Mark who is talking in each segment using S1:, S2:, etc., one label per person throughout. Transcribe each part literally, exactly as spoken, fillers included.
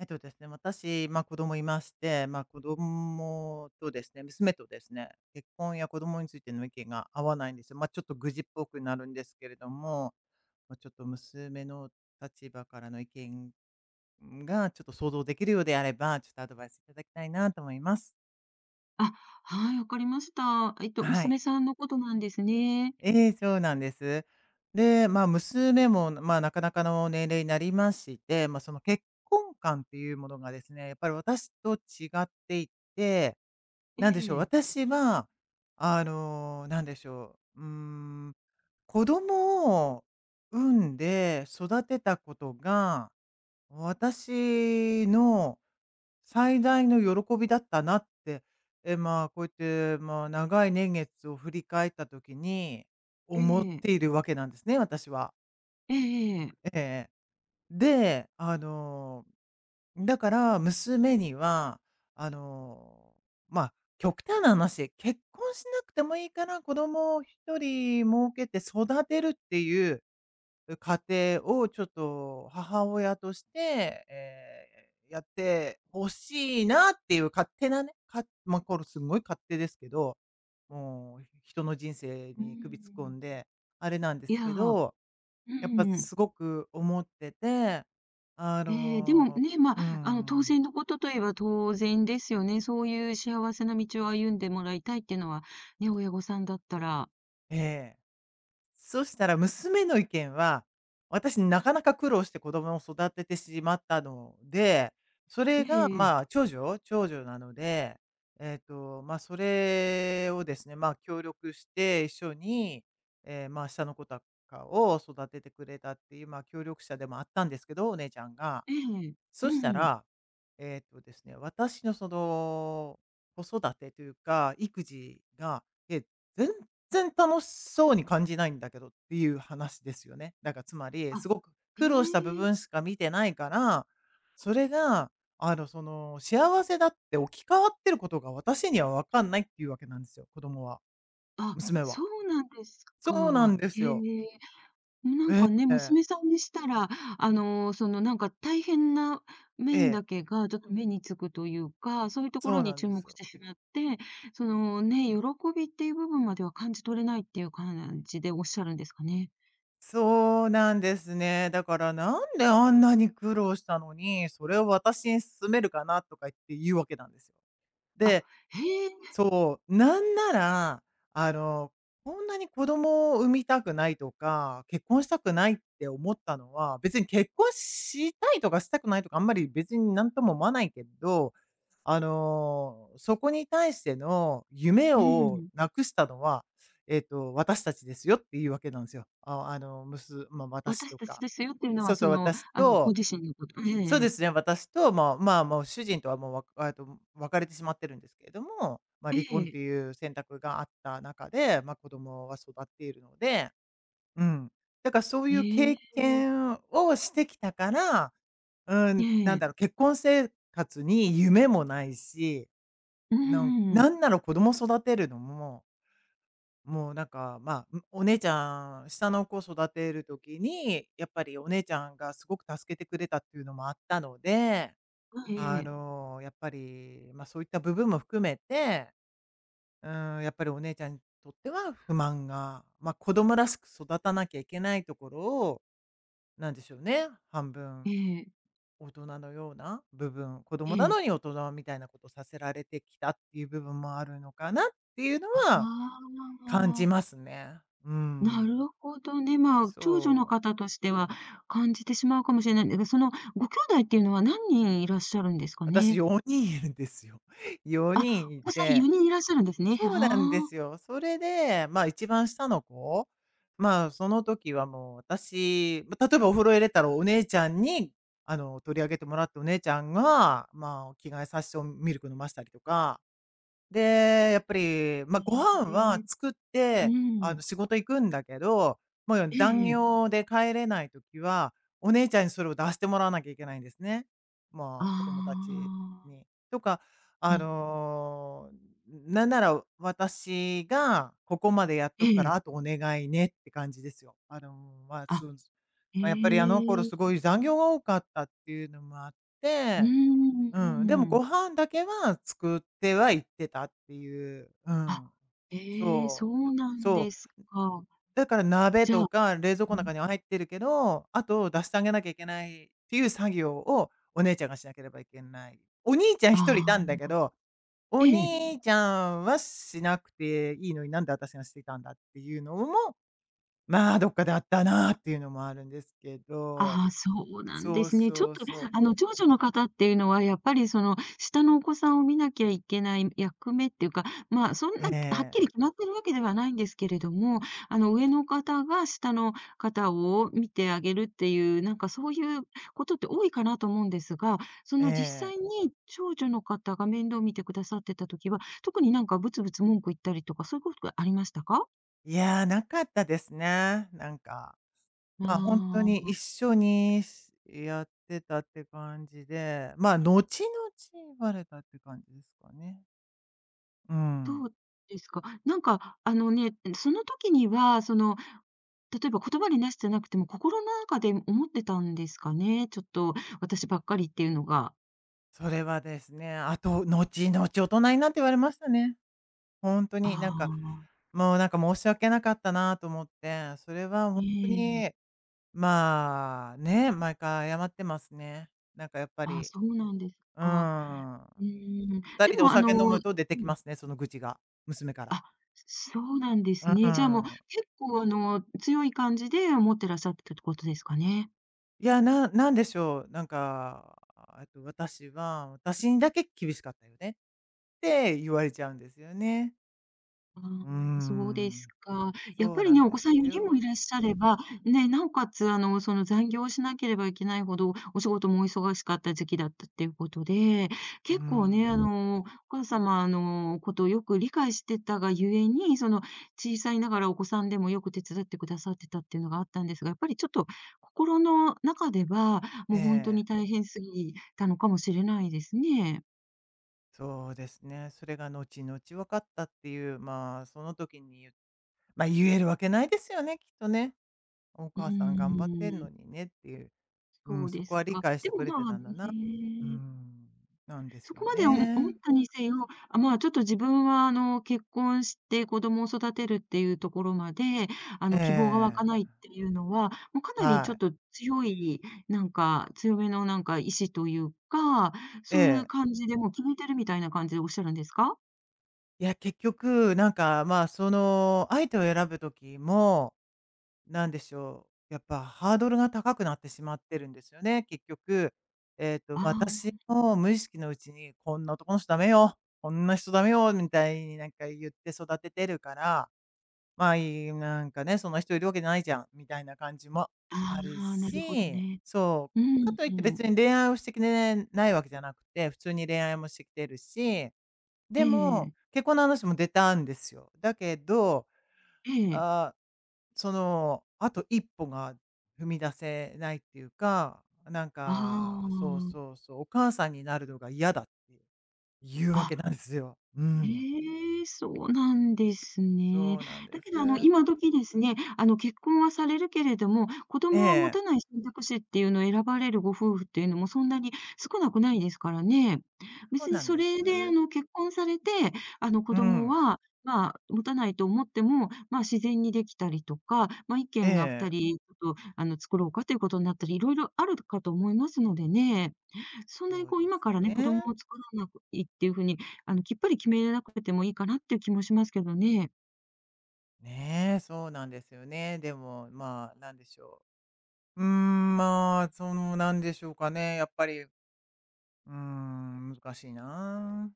S1: えっとですね、私、まあ、子供いまして、まあ、子供とですね、娘とですね、結婚や子供についての意見が合わないんですよ。まあ、ちょっと愚痴っぽくなるんですけれども、まあ、ちょっと娘の立場からの意見がちょっと想像できるようであれば、ちょっとアドバイスいただきたいなと思います。
S2: あ、はい、わかりました。えっと、
S1: はい。
S2: 娘さんのことなんですね。
S1: ええ、そうなんです。で、まあ、娘も、まあ、なかなかの年齢になりまして、まあ、その結婚観っていうものがですね、やっぱり私と違っていて、
S2: え
S1: なんでしょう、
S2: え、
S1: 私は、あの、なんでしょう、うーん、子供を産んで育てたことが私の最大の喜びだったなって、え、まあ、こうやって、まあ、長い年月を振り返った時に
S2: え
S1: 思っ
S2: え、
S1: ているわけなんですね、私は。
S2: ええええええ、
S1: ええ。で、あの、だから娘には、あの、まあ、極端な話、結婚しなくてもいいから子供を一人設けて育てるっていう家過程をちょっと母親として、えーやってほしいなっていう勝手なね、かまあ、これすごい勝手ですけど、もう、人の人生
S2: う
S1: に首突っ込
S2: ん。
S1: んで、あれなんで
S2: い
S1: す
S2: や、
S1: け
S2: う
S1: ど、やっぱ
S2: ーん。
S1: すごく思ってて、あ
S2: ええ、で
S1: の、
S2: もね、まあ、
S1: うー
S2: あの、当
S1: ん、
S2: 然のことといえば当然ですよね。そういう幸せな道を歩んでもらいたいっていうのは、ね、親御さんだったら。
S1: ええ。そしたら娘の意見は、私なかなか苦労して子供を育ててしまったので、そ
S2: え
S1: れが
S2: えええ、
S1: まあ、長女長女なので、えっと、まあ、それをですね、まあ、協力して一緒に、えーまあ、下の子とかを育ててくれたっていう、まあ、協力者でもあったんですけど、お姉ちゃんが。
S2: う
S1: そした
S2: ん。
S1: ら、えーっとですね、私のその、子育てというか、育児が、え、全然楽しそうに感じないんだけどっていう話ですよね。だからつまり、
S2: あ、
S1: すごく
S2: え
S1: 苦労した部
S2: え。
S1: 分しか見てないから、それが、あの、その、幸せだって置き換わってることが私にはわかんないっていうわけなんですよ、子供は、
S2: あ、
S1: 娘は。
S2: そうなんです
S1: そうなん
S2: か。
S1: です
S2: へえ。
S1: よ。
S2: もうなん
S1: え
S2: かね、
S1: え、
S2: 娘さんにしたら、あの、そのなんか大変な
S1: え
S2: 面だ
S1: え、
S2: けがちょっと目につくというか、そういうとこ
S1: そ
S2: ろ
S1: う
S2: に
S1: なん
S2: 注
S1: です
S2: 目し
S1: よ。
S2: てしまって、そのね、喜びっていう部分までは感じ取れないっていう感じでおっしゃるんですかね。
S1: そうなんですね。だからなんであんなに苦労したのに、それを私に勧めるかなとか言って言うわけなんですよ。
S2: あ、
S1: で、
S2: へえ、
S1: そう、なんなら、あの、こんなに子供を産みたくないとか、結婚したくないって思ったのは、別に結婚したいとかしたくないとか、あんまり別になんとも思わないけど、あの、そこに対しての夢
S2: う
S1: を
S2: ん。
S1: なくしたのは、えっと、私たちですよっていうわけなんですよ。ああの、むすまあ、私
S2: 私
S1: と
S2: たち
S1: か。
S2: ですよっていうの
S1: そ
S2: は、
S1: うそ
S2: そ
S1: う、
S2: の、
S1: 私
S2: あの、ご
S1: と
S2: 自身のこと。
S1: そう
S2: え
S1: で
S2: え、
S1: すね、私と、まあ、まあ、もう主人とはもう、わえっと、別れてしまってるんですけれども、まあ、
S2: え
S1: 離婚っ
S2: え、
S1: ていう選択があった中で、まあ、子供は育っているので、うん。だからそういう
S2: え
S1: 経
S2: え、
S1: 験をしてきたから、う
S2: え
S1: ん、なん
S2: え、
S1: だろう、結婚生活に夢もないし、
S2: うん
S1: なん
S2: うんうん。
S1: なんなら子供育てるのも、もうなんか、まあ、お姉ちゃん、下の子育てる時に、やっぱりお姉ちゃんがすごく助けてくれたっていうのもあったので
S2: え
S1: あ
S2: え、
S1: の、やっぱり、ま、そういった部分も含めて、うん、やっぱりお姉ちゃんにとっては不満が、ま、子供らしく育たなきゃいけないところを、なんでしょうね、半分
S2: ええ、
S1: 大人のような部分、子
S2: え
S1: 供な
S2: え、
S1: のに大人みたいなことさせられてきたっていう部分もあるのかなっていうの
S2: あ
S1: は感じま
S2: あ。
S1: すね。う
S2: な
S1: ん。
S2: るほどね。まあ、長女の
S1: そう。
S2: 方としては感じてしまうかもしれないんですが、そのご兄弟っていうのは何人いらっしゃるんですか
S1: 私
S2: ね？
S1: よにんいるんですよ。
S2: あ、
S1: よにん
S2: お
S1: い
S2: 子さん
S1: て
S2: よにんいらっしゃるんですね。
S1: そ
S2: は
S1: うなんです
S2: あ。
S1: よ。それで、まあ、一番下の子、まあ、その時はもう私、ま、例えばお風呂入れたらお姉ちゃんに、あの、取り上げてもらって、お姉ちゃんが、まあ、着替えさせてをミルク飲ましたりとかで、やっぱり、
S2: え
S1: まあ、ご飯は
S2: え。
S1: 作っ
S2: う
S1: て、あ
S2: ん。
S1: の、仕事行くんだけど、もう
S2: え
S1: 残
S2: ええ、
S1: 業で帰れないときは、お姉ちゃんにそれを出してもらわなきゃいけないんですね。
S2: あ
S1: まあ、子供たち
S2: あ、
S1: に。とか、あ
S2: な、
S1: の、なんなら私がここまでやっと
S2: え
S1: くから、あと
S2: え。
S1: お願いねって感じですよ。あの、まあ、
S2: あ、
S1: そう、まあ、やっぱりあの頃
S2: え
S1: す
S2: え。
S1: ごい残業が多かったっていうのもあっ
S2: う
S1: て
S2: ん、
S1: うん、でも
S2: うん。
S1: ご飯だけは作っては行ってたっていう。う
S2: あ、
S1: ん。
S2: ええ、そ
S1: そう。で
S2: うなん
S1: そ
S2: です
S1: う。
S2: か。
S1: だから鍋
S2: じゃ
S1: と
S2: あ、
S1: か冷蔵
S2: う
S1: 庫の
S2: ん、
S1: 中には入ってるけど、あと出してあげなきゃいけないっていう作業をお姉ちゃんがしなければいけない。お兄ちゃん
S2: あ
S1: 一人いたんだ
S2: あ、
S1: けど、お
S2: ええ。
S1: 兄ちゃんはしなくていいのになんで私がしていたんだっていうのも、まあ、どっかであったなっていうのもあるんですけど。
S2: ああ、そうなんで
S1: そう
S2: すね。ちょっ
S1: そう
S2: と、
S1: そう。
S2: あの、長女の方っていうのは、やっぱり、その、下のお子さんを見なきゃいけない役目っていうか、まあ、そんな、
S1: え
S2: はっき
S1: え、
S2: り決まってるわけではないんですけれども、あの、上の方が下の方を見てあげるっていう、なんか、そういうことって多いかなと思うんですが、そ
S1: え
S2: の、実
S1: え。
S2: 際に長女の方が面倒を見てくださってた時は、特になんか、ブツブツ文句言ったりとか、そういうことがありましたか？
S1: いやー、なかったですね。なんか、
S2: あ
S1: まあ、本当
S2: あ
S1: に
S2: ー。
S1: 一緒にしやってたって感じで、まあ、後々バレたって感じですかね。うん。
S2: どうですか？なんか、あのね、その時には、その、例えば言葉に出してなくても、心の中で思ってたんですかね？ちょっと私ばっかりっていうのが。
S1: それはですね、あと、後々大人になって言われましたね。本当
S2: あ
S1: に、なんか、
S2: あ、
S1: もう、なんか、申し訳なかったなと思って、それは
S2: え
S1: 本当に、
S2: え。
S1: まあ、ね、毎回謝ってますね。なんかやっぱ
S2: ああ、
S1: り、
S2: そうなんです
S1: う
S2: か。
S1: ん。
S2: うーん。
S1: 二
S2: で
S1: 人でお
S2: もあの、
S1: 酒飲
S2: う
S1: むと出てき
S2: ん。
S1: ますね、その愚痴が、娘から。
S2: あ、そうなんで
S1: う
S2: すね。じゃあもう
S1: ん。
S2: 結構あの、強い感じで思ってらっしゃってたってことですかね？
S1: いや、ななんでしょう、なんか、えっと、私は、私にだけ厳しかったよねって言われちゃうんですよね。
S2: あ
S1: うー
S2: あ、そうです
S1: ん、
S2: か。やっ
S1: そう
S2: ぱり
S1: な
S2: ね、
S1: ん
S2: お
S1: で
S2: 子さん
S1: す
S2: よにんもい
S1: よ。
S2: らっしゃれば、ね、なおかつ、あの、その、残業しなければいけないほど、お仕事もお忙しかった時期だったっていうことで、
S1: うー
S2: 結構ね、あ
S1: ん。
S2: の、お母様のことをよく理解してたがゆえに、その、小さいながらお子さんでもよく手伝ってくださってたっていうのがあったんですが、やっぱりちょっと心の中では、
S1: え
S2: もう本当
S1: え、
S2: に大変すぎたのかもしれないですね。
S1: そうですね。それが後々分かったっていう、まあ、その時に言う、まあ、言えるわけないですよね、きっとね。お
S2: う
S1: 母さん
S2: ー
S1: 頑張ってんの
S2: ん。
S1: にねっていう。う
S2: そ
S1: ん、
S2: う
S1: そ
S2: で
S1: こ
S2: す
S1: は理
S2: か。
S1: 解し
S2: で
S1: て
S2: も、
S1: くれて
S2: まあ
S1: た
S2: ね、
S1: んだな。うん、なんです
S2: そ
S1: よ
S2: こまでお思っ
S1: ね。
S2: たにせよ、あ、まあ、ちょっと自分は、あの、結婚して子供を育てるっていうところまで、あ
S1: え
S2: の、希望が湧かないっ
S1: え。
S2: ていうのは、もうかなりち
S1: は
S2: ょっ
S1: い。
S2: と強い、なんか、強めのなんか意志というか、
S1: え
S2: そういう
S1: え。
S2: 感じでもう決めてるみたいな感じでおっしゃるんですか？
S1: いや、結局、なんか、まあ、その、相手を選ぶときも、なんでしょう、やっぱハードルが高くなってしまってるんですよね、結局。えっと、
S2: ああ、
S1: 私も無意識のうちに、こんな男の人ダメよ、こんな人ダメよみたいになんか言って育ててるからまあ、いいなんかね、その人いるわけじゃないじゃん、みたいな感じも
S2: あ
S1: ある
S2: あ、なるほど
S1: し、
S2: ね。
S1: そ
S2: う
S1: う、か
S2: ん、
S1: といって
S2: う
S1: 別
S2: ん。
S1: に恋愛をしてきてねないわけじゃなくて、普通に恋愛もしてきてるし、
S2: え
S1: で
S2: え
S1: も、
S2: ええ。
S1: 結婚の話も出たんですよ。だけど、
S2: ええ。
S1: ああ、その、あと一歩が踏み出せないっていうか、なんか、
S2: あ
S1: そうそ
S2: あ。
S1: うそう、お母さんになるのが嫌だっていうわ
S2: あ、
S1: けなんですよ。う
S2: え
S1: ん。
S2: え、そうなんですね。
S1: そうなん
S2: だ
S1: で
S2: けど、あの、
S1: す。
S2: 今時ですね、あの、結婚はされるけれども、子
S1: え
S2: 供は持
S1: え、
S2: たない選択肢っていうのを選ばれるご夫婦っていうのもそんなに少なくないですからね。
S1: そう
S2: 別に
S1: なん
S2: そ
S1: で
S2: れで、あ
S1: す。
S2: の、結婚されて、あの、子
S1: う
S2: 供
S1: ん。
S2: は、まあ、持たないと思っても、まあ、自然にできたりとか、まあ、意
S1: え
S2: 見が二
S1: え。
S2: 人ちょっと、あの、作ろうかということになったり、いろいろあるかと思いますのでね。そんなに
S1: そう
S2: こう、
S1: で
S2: 今
S1: す
S2: からね、子供を
S1: ね。
S2: 作らないっていう風に、あの、きっぱり決めれなくてもいいかなっていう気もしますけどね。
S1: ねえ、そうなんですよね。でも、まあ、なんでしょう。うーん、まあ、その、なんでしょうかね。やっぱり、うーん、難しいな。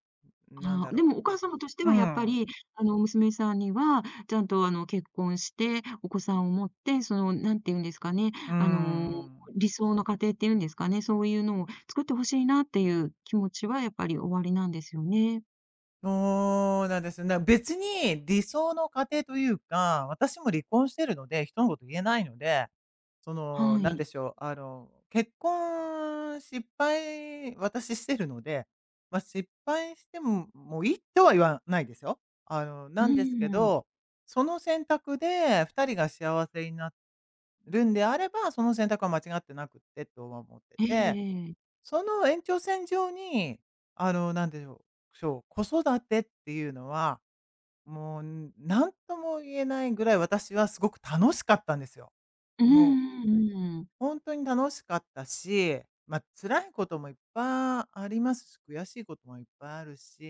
S1: なん
S2: あ
S1: だ
S2: あ、で
S1: ろ
S2: もお母様として
S1: う。う
S2: はやっぱ
S1: ん。
S2: り、あの、娘さんには、ちゃんとあの、結婚して、お子さんを持って、その、なんていうんですかね、
S1: うー
S2: あのー、
S1: ん。
S2: 理想の家庭っていうんですかね、そういうのを作ってほしいなっていう気持ちはやっぱりおありなんですよね。
S1: そうなんですよ。な別に理想の家庭というか、私も離婚してるので、人のこと言えないので、その、
S2: は
S1: なん
S2: い。
S1: でしょう、あの、結婚失敗、私してるので、まあ、失敗しても、もういいとは言わないですよ。あの、
S2: う
S1: なんですけ
S2: ん。
S1: ど、その選択でふたりが幸せになるんであれば、その選択は間違ってなくってとは思ってて
S2: ええ、
S1: その延長線上に、あの、なんでしょう、そう、子育てっていうのは、もう、何とも言えないぐらい私はすごく楽しかったんですよ。
S2: う
S1: もう、
S2: んうんうん。
S1: 本当に楽しかったし、まあ、辛いこともいっぱいありますし、悔しいこともいっぱいあるし、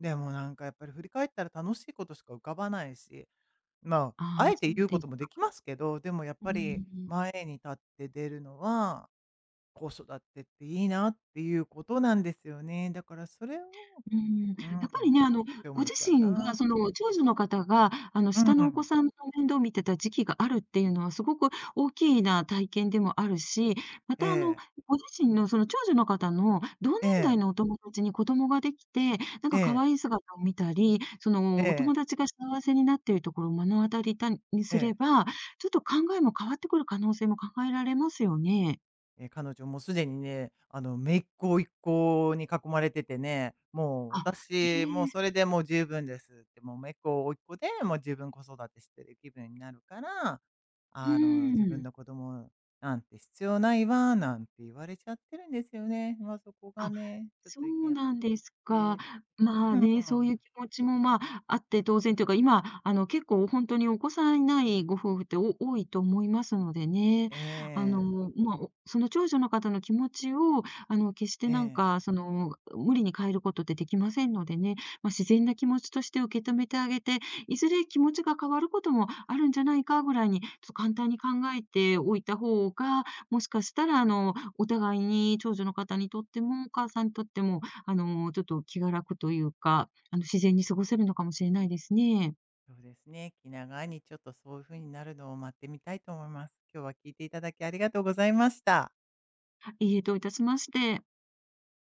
S1: でもなんかやっぱり振り返ったら楽しいことしか浮かばないし、まあ、
S2: あ
S1: あ
S2: あ、
S1: えて
S2: そう
S1: 言う
S2: で
S1: こ
S2: す
S1: ともでき
S2: か。
S1: ますけど、でもやっ
S2: う
S1: ぱり
S2: ん。
S1: 前に立って出るのは子育てっていいなっていうことなんですよね。だからそれを
S2: うん、やっ
S1: うん、
S2: ぱ
S1: っ
S2: りね、あの、
S1: て
S2: ご
S1: 思っ
S2: 自
S1: ちゃう
S2: 身が
S1: な。
S2: その長女の方が、あの、
S1: う
S2: 下のお子
S1: ん。
S2: さんの面倒を見てた時期があるっていうのはすごく大きな体験でもあるし、ま
S1: え
S2: た、あの、
S1: え、
S2: ご自身のその長女の方の同年
S1: え
S2: 代
S1: え、
S2: のお友達に子供ができて、なん
S1: え
S2: か可
S1: え、
S2: 愛い姿を見たり、そ
S1: え
S2: のお
S1: え、
S2: 友達が幸せになっているところを目の当たりたに
S1: え
S2: す
S1: え。
S2: れば、ちょっと考えも変わってくる可能性も考えられますよね。
S1: え、彼女もすでにね、あの、姪っ子、一子に囲まれててね、もう
S2: あ、へ
S1: 私、もう
S2: え、
S1: それでもう十分ですって、もう姪っ子、甥っ子でもう十分子育てしてる気分になるから、
S2: う
S1: あの、自
S2: ー
S1: 分
S2: ん。
S1: の子供なんて必要ないわ、なんて言われちゃってるんですよね。まあ、そこが
S2: あ、
S1: ね、ちょっ
S2: そ
S1: と意
S2: う
S1: 見
S2: なんですか。
S1: で
S2: まあ
S1: うん。
S2: ね、そういう気持ちも、まあ、あって当然というか、今、あの、結構本当にお子さんいないご夫婦ってお多いと思いますのでね。
S1: え
S2: あ
S1: え、
S2: の、まあ、おその長女の方の気持ちを、あの、決して
S1: え
S2: なん
S1: え。
S2: か、その、無理に変えることってできませんのでね、まあ、自然な気持ちとして受け止めてあげて、いずれ気持ちが変わることもあるんじゃないかぐらいに、ちょっと簡単に考えておいた方が、もしかしたら、あの、お互いに長女の方にとっても、お母さんにとっても、あの、ちょっと気が楽というか、あの、自然に過ごせるのかもしれないですね。
S1: そうですね。気長にちょっとそういう風になるのを待ってみたいと思います。今日は聞いていただきありがとうございました。
S2: いいえ、どういたしまして。